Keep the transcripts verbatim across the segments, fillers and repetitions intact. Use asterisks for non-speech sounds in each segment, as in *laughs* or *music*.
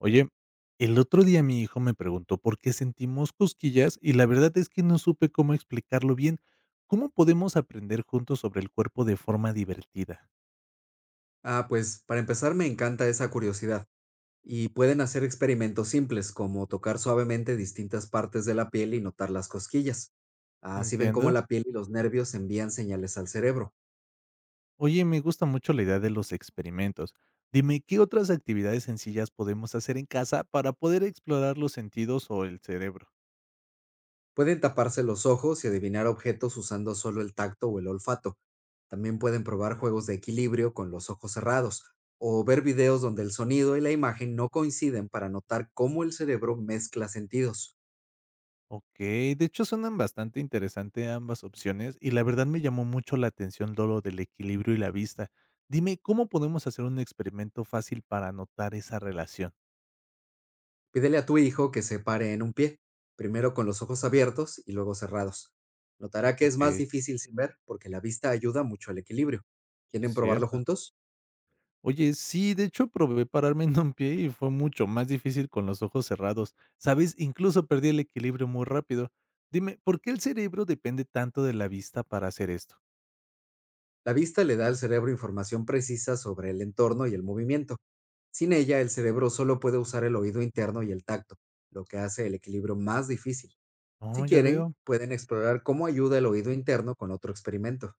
Oye, el otro día mi hijo me preguntó por qué sentimos cosquillas y la verdad es que no supe cómo explicarlo bien. ¿Cómo podemos aprender juntos sobre el cuerpo de forma divertida? Ah, pues para empezar me encanta esa curiosidad y pueden hacer experimentos simples como tocar suavemente distintas partes de la piel y notar las cosquillas. Así ven cómo Entiendo. la piel y los nervios envían señales al cerebro. Oye, me gusta mucho la idea de los experimentos. Dime, ¿qué otras actividades sencillas podemos hacer en casa para poder explorar los sentidos o el cerebro? Pueden taparse los ojos y adivinar objetos usando solo el tacto o el olfato. También pueden probar juegos de equilibrio con los ojos cerrados o ver videos donde el sonido y la imagen no coinciden para notar cómo el cerebro mezcla sentidos. Okey, de hecho, suenan bastante interesante ambas opciones y la verdad me llamó mucho la atención todo lo del equilibrio y la vista. Dime, ¿cómo podemos hacer un experimento fácil para notar esa relación? Pídele a tu hijo que se pare en un pie, primero con los ojos abiertos y luego cerrados. Notará que es más Okey, difícil sin ver porque la vista ayuda mucho al equilibrio. es ¿Quieren probarlo cierto. juntos? Oye, sí, de hecho, probé pararme en un pie y fue mucho más difícil con los ojos cerrados, ¿sabes? Incluso perdí el equilibrio muy rápido. Dime, ¿por qué el cerebro depende tanto de la vista para hacer esto? La vista le da al cerebro información precisa sobre el entorno y el movimiento. Sin ella, el cerebro solo puede usar el oído interno y el tacto, lo que hace el equilibrio más difícil. Oh, Si ya quieren, veo. pueden explorar cómo ayuda el oído interno con otro experimento.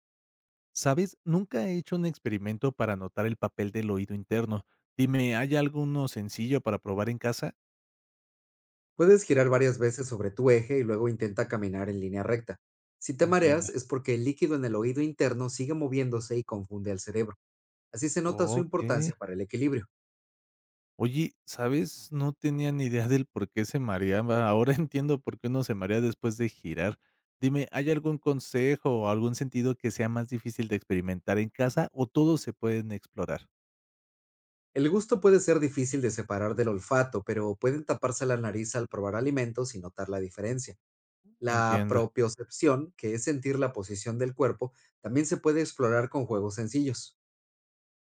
¿Sabes? Nunca he hecho un experimento para notar el papel del oído interno. Dime, ¿hay alguno sencillo para probar en casa? Puedes girar varias veces sobre tu eje y luego intenta caminar en línea recta. Si te mareas, Entienda. es porque el líquido en el oído interno sigue moviéndose y confunde al cerebro. Así se nota su importancia Ok. para el equilibrio. Oye, ¿sabes? No tenía ni idea del por qué se mareaba. Ahora *laughs* entiendo por qué uno se marea después de girar. Dime, ¿hay algún consejo o algún sentido que sea más difícil de experimentar en casa o todos se pueden explorar? El gusto puede ser difícil de separar del olfato, pero pueden taparse la nariz al probar alimentos y notar la diferencia. La Entiendo. propiocepción, que es sentir la posición del cuerpo, también se puede explorar con juegos sencillos.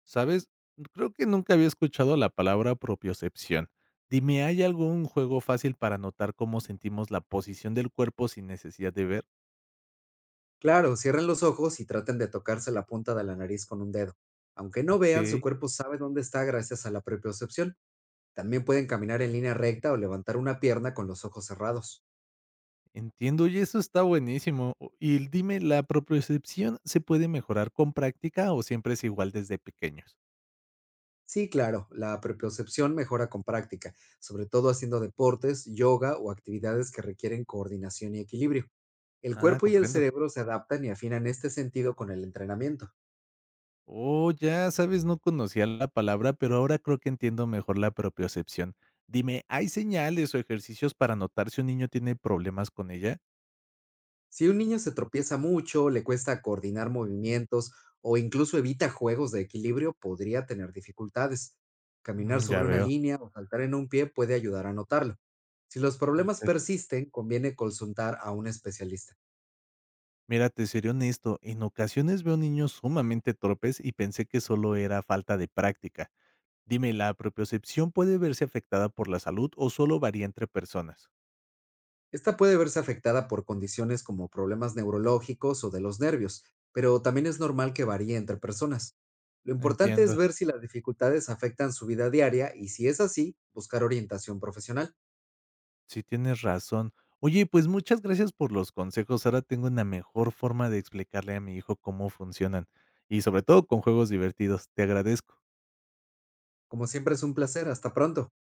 ¿Sabes? Creo que nunca había escuchado la palabra propiocepción. Dime, ¿hay algún juego fácil para notar cómo sentimos la posición del cuerpo sin necesidad de ver? Claro, cierren los ojos y traten de tocarse la punta de la nariz con un dedo. Aunque no vean, Ok, su cuerpo sabe dónde está gracias a la propiocepción. También pueden caminar en línea recta o levantar una pierna con los ojos cerrados. entiendo, y eso está buenísimo. O- Y dime, ¿la propiocepción se puede mejorar con práctica o siempre es igual desde pequeños? Sí, claro, la propiocepción mejora con práctica, sobre todo haciendo deportes, yoga o actividades que requieren coordinación y equilibrio. El Ah, cuerpo y el comprendo. cerebro se adaptan y afinan este sentido con el entrenamiento. Oh, ya sabes, no conocía la palabra, pero ahora creo que entiendo mejor la propiocepción. Dime, ¿hay señales o ejercicios para notar si un niño tiene problemas con ella? Si un niño se tropieza mucho, le cuesta coordinar movimientos o incluso evita juegos de equilibrio, podría tener dificultades. Mm, Caminar ya sobre una veo. línea o saltar en un pie puede ayudar a notarlo. Si los problemas Perfecto. persisten, conviene consultar a un especialista. Mira, te seré honesto, en ocasiones veo niños sumamente torpes y pensé que solo era falta de práctica. Dime, ¿la propiocepción puede verse afectada por la salud o solo varía entre personas? Esta puede verse afectada por condiciones como problemas neurológicos o de los nervios, pero también es normal que varíe entre personas. Lo importante es Entiendo, ver si las dificultades afectan su vida diaria, y si es así, buscar orientación profesional. sí tienes razón. Oye, pues muchas gracias por los consejos. Ahora tengo una mejor forma de explicarle a mi hijo cómo funcionan y sobre todo con juegos divertidos. Te agradezco. Como siempre, es un placer. Hasta pronto.